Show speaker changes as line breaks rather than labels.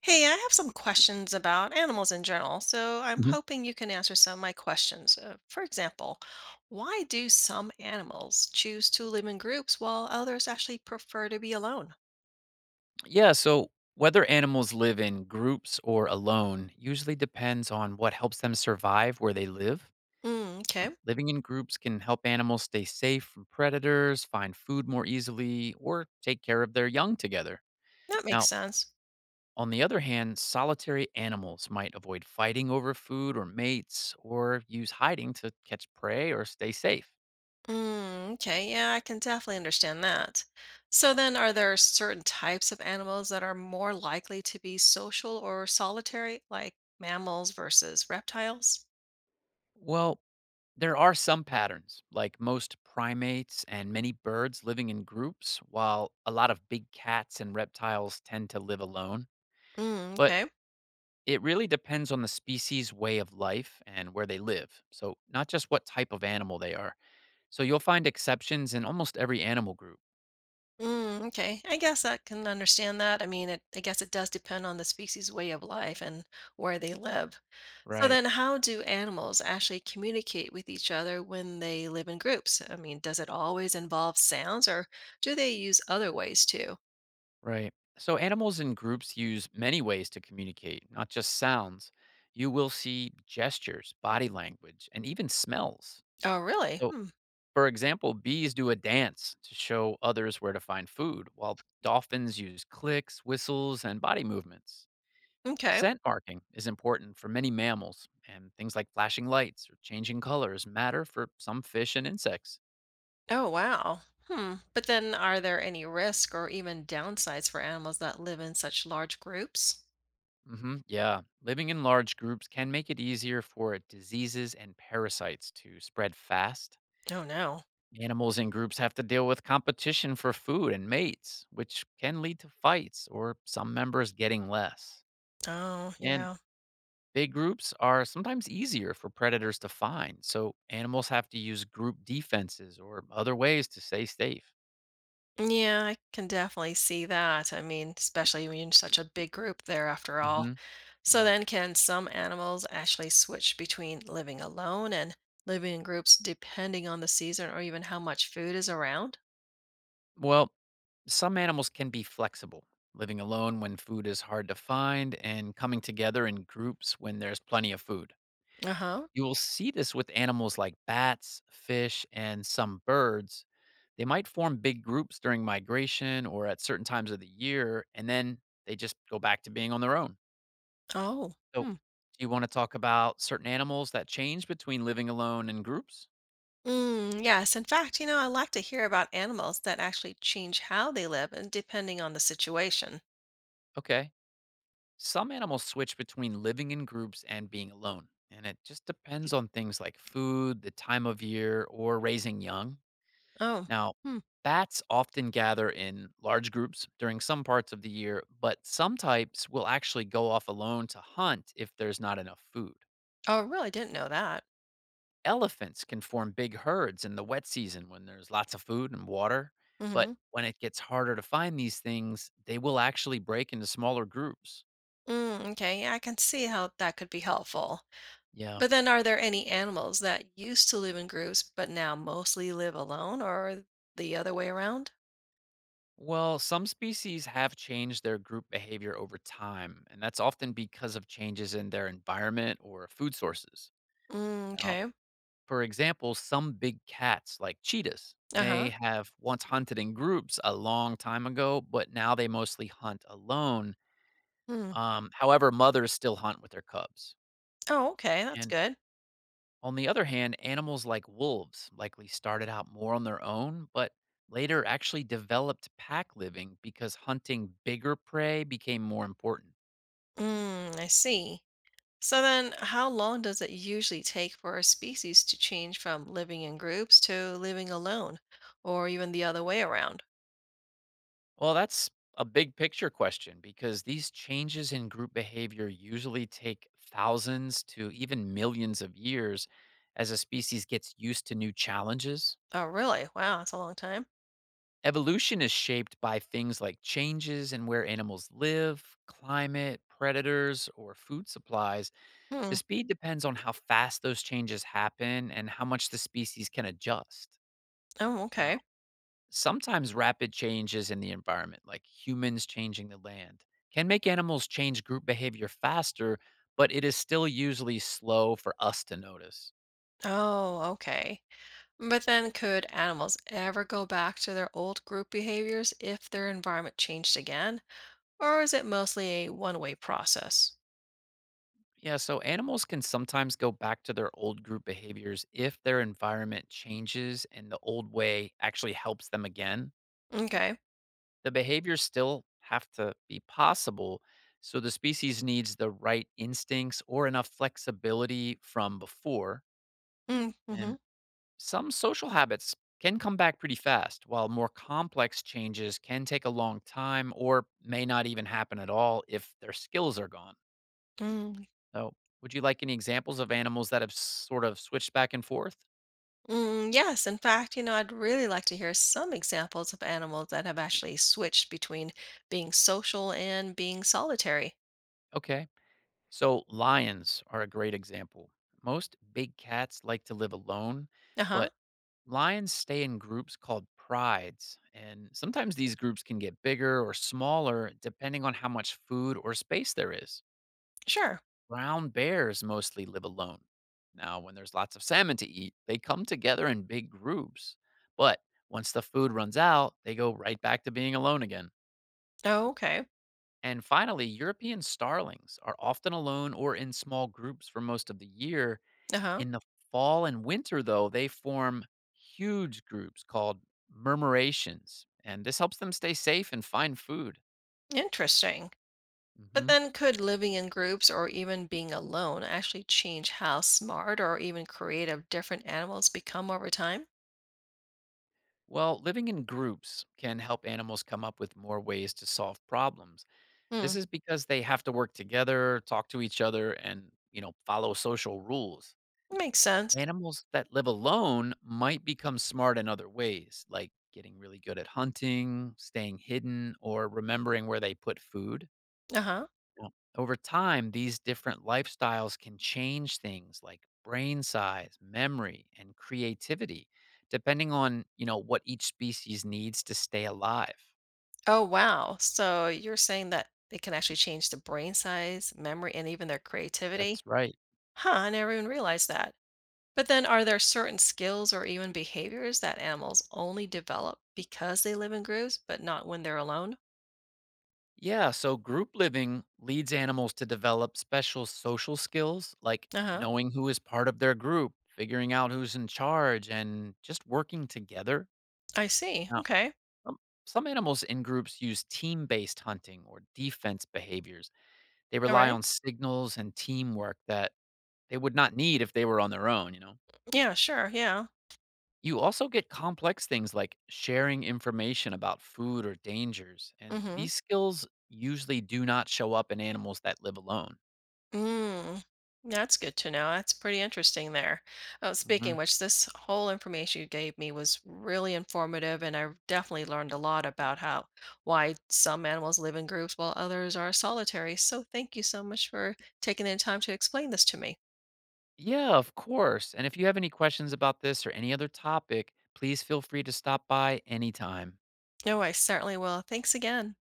Hey, I have some questions about animals in general, so I'm
Mhm.
hoping you can answer some of my questions. For example, why do some animals choose to live in groups while others actually prefer to be alone?
Yeah, so whether animals live in groups or alone usually depends on what helps them survive where they live.
Mm, okay,
Living in groups can help animals stay safe from predators, find food more easily, or take care of their young together.
That makes
Now,
sense.
on the other hand, solitary animals might avoid fighting over food or mates, or use hiding to catch prey or stay safe.
Mm, okay, yeah, I can definitely understand that. So then, are there certain types of animals that are more likely to be social or solitary, like mammals versus reptiles?
Well, there are some patterns, like most primates and many birds living in groups, while a lot of big cats and reptiles tend to live alone.
Mm,
But
okay.
it really depends on the species' way of life and where they live. So, not just what type of animal they are. So, you'll find exceptions in almost every animal group.
Mm, okay. I guess I can understand that. I mean, I guess it does depend on the species' way of life and where they live. So
Right,
then, how do animals actually communicate with each other when they live in groups? I mean, does it always involve sounds, or do they use other ways too?
right. So, animals in groups use many ways to communicate, not just sounds. You will see gestures, body language, and even smells.
Oh, really?
So,
Hmm.
for example, bees do a dance to show others where to find food, while dolphins use clicks, whistles, and body movements.
Okay.
Scent marking is important for many mammals, and things like flashing lights or changing colors matter for some fish and insects.
Oh, wow. Hmm. But then, are there any risk or even downsides for animals that live in such large groups?
Yeah, living in large groups can make it easier for diseases and parasites to spread fast.
Oh, no.
Animals in groups have to deal with competition for food and mates, which can lead to fights or some members getting less.
Oh,
And
yeah.
big groups are sometimes easier for predators to find, so animals have to use group defenses or other ways to stay safe.
Yeah, I can definitely see that. I mean, especially when you're in such a big group there after all.
Hmm.
So
Yeah.
then can some animals actually switch between living alone and living in groups depending on the season or even how much food is around?
Well, some animals can be flexible, living alone when food is hard to find and coming together in groups when there's plenty of food.
Uh-huh.
You will see this with animals like bats, fish, and some birds. They might form big groups during migration or at certain times of the year, and then they just go back to being on their own.
Oh.
So, do
Hmm.
you want to talk about certain animals that change between living alone and groups?
Mm, yes. In fact, I like to hear about animals that actually change how they live and depending on the situation.
Okay. Some animals switch between living in groups and being alone, and it just depends on things like food, the time of year, or raising young.
Oh.
Now,
Hmm.
bats often gather in large groups during some parts of the year, but some types will actually go off alone to hunt if there's not enough food.
Oh, I really didn't know that.
Elephants can form big herds in the wet season when there's lots of food and water, but
Mm-hmm.
when it gets harder to find these things, they will actually break into smaller groups.
Mm, okay. Yeah, I can see how that could be helpful.
Yeah.
But then are there any animals that used to live in groups but now mostly live alone or the other way around?
Well, some species have changed their group behavior over time, and that's often because of changes in their environment or food sources.
Mm,
Now,
okay. 'Kay.
for example, some big cats, like cheetahs, may
Uh-huh.
have once hunted in groups a long time ago, but now they mostly hunt alone.
Hmm.
However, mothers still hunt with their cubs.
Oh, okay, that's
And
good.
on the other hand, animals like wolves likely started out more on their own, but later actually developed pack living because hunting bigger prey became more important.
Mm, I see. So then how long does it usually take for a species to change from living in groups to living alone or even the other way around?
Well, that's a big picture question because these changes in group behavior usually take thousands to even millions of years as a species gets used to new challenges.
Oh, really? Wow, that's a long time.
Evolution is shaped by things like changes in where animals live, climate, predators, or food supplies. The
Hmm.
speed depends on how fast those changes happen and how much the species can adjust.
Oh,
Now,
okay.
sometimes rapid changes in the environment, like humans changing the land, can make animals change group behavior faster, but it is still usually slow for us to notice.
Oh, okay. But then, could animals ever go back to their old group behaviors if their environment changed again? Or is it mostly a one way process?
Yeah, so animals can sometimes go back to their old group behaviors if their environment changes and the old way actually helps them again.
Okay.
The behaviors still have to be possible, so the species needs the right instincts or enough flexibility from before.
Mm, hmm
And some social habits can come back pretty fast, while more complex changes can take a long time or may not even happen at all if their skills are gone.
mm,
So, would you like any examples of animals that have sort of switched back and forth?
yes, in fact, I'd really like to hear some examples of animals that have actually switched between being social and being solitary.
Okay. So, lions are a great example. Most big cats like to live alone,
Uh huh.
but lions stay in groups called prides. And sometimes these groups can get bigger or smaller depending on how much food or space there is.
Sure.
Brown bears mostly live alone. Now, when there's lots of salmon to eat, they come together in big groups. But once the food runs out, they go right back to being alone again.
Oh, okay.
And finally, European starlings are often alone or in small groups for most of the year.
Uh huh.
In the fall and winter, though, they form huge groups called murmurations, and this helps them stay safe and find food.
Interesting. But
hmm
then could living in groups or even being alone actually change how smart or even creative different animals become over time?
Well, living in groups can help animals come up with more ways to solve problems. This
Hmm.
is because they have to work together, talk to each other, and you know, follow social rules.
Makes sense.
Animals that live alone might become smart in other ways, like getting really good at hunting, staying hidden, or remembering where they put food.
Uh-huh.
Now, over time, these different lifestyles can change things like brain size, memory, and creativity, depending on, you know, what each species needs to stay alive.
Oh, wow. So you're saying that it can actually change the brain size, memory, and even their creativity?
That's right.
Huh, I never even realized that. But then are there certain skills or even behaviors that animals only develop because they live in groups, but not when they're alone?
Yeah, so group living leads animals to develop special social skills like
Uh-huh.
knowing who is part of their group, figuring out who's in charge, and just working together.
I see.
Now,
Okay.
um, some animals in groups use team based hunting or defense behaviors. They
All
rely
right.
on signals and teamwork that they would not need if they were on their own, you know?
Yeah, sure. Yeah.
You also get complex things like sharing information about food or dangers, and
Mm-hmm.
these skills usually do not show up in animals that live alone.
Mm, that's good to know. That's pretty interesting there. Oh, speaking
hmm
of which, this whole information you gave me was really informative, and I definitely learned a lot about how why some animals live in groups while others are solitary. So thank you so much for taking the time to explain this to me.
Yeah, of course. And if you have any questions about this or any other topic, please feel free to stop by anytime.
No, I certainly will. Thanks again.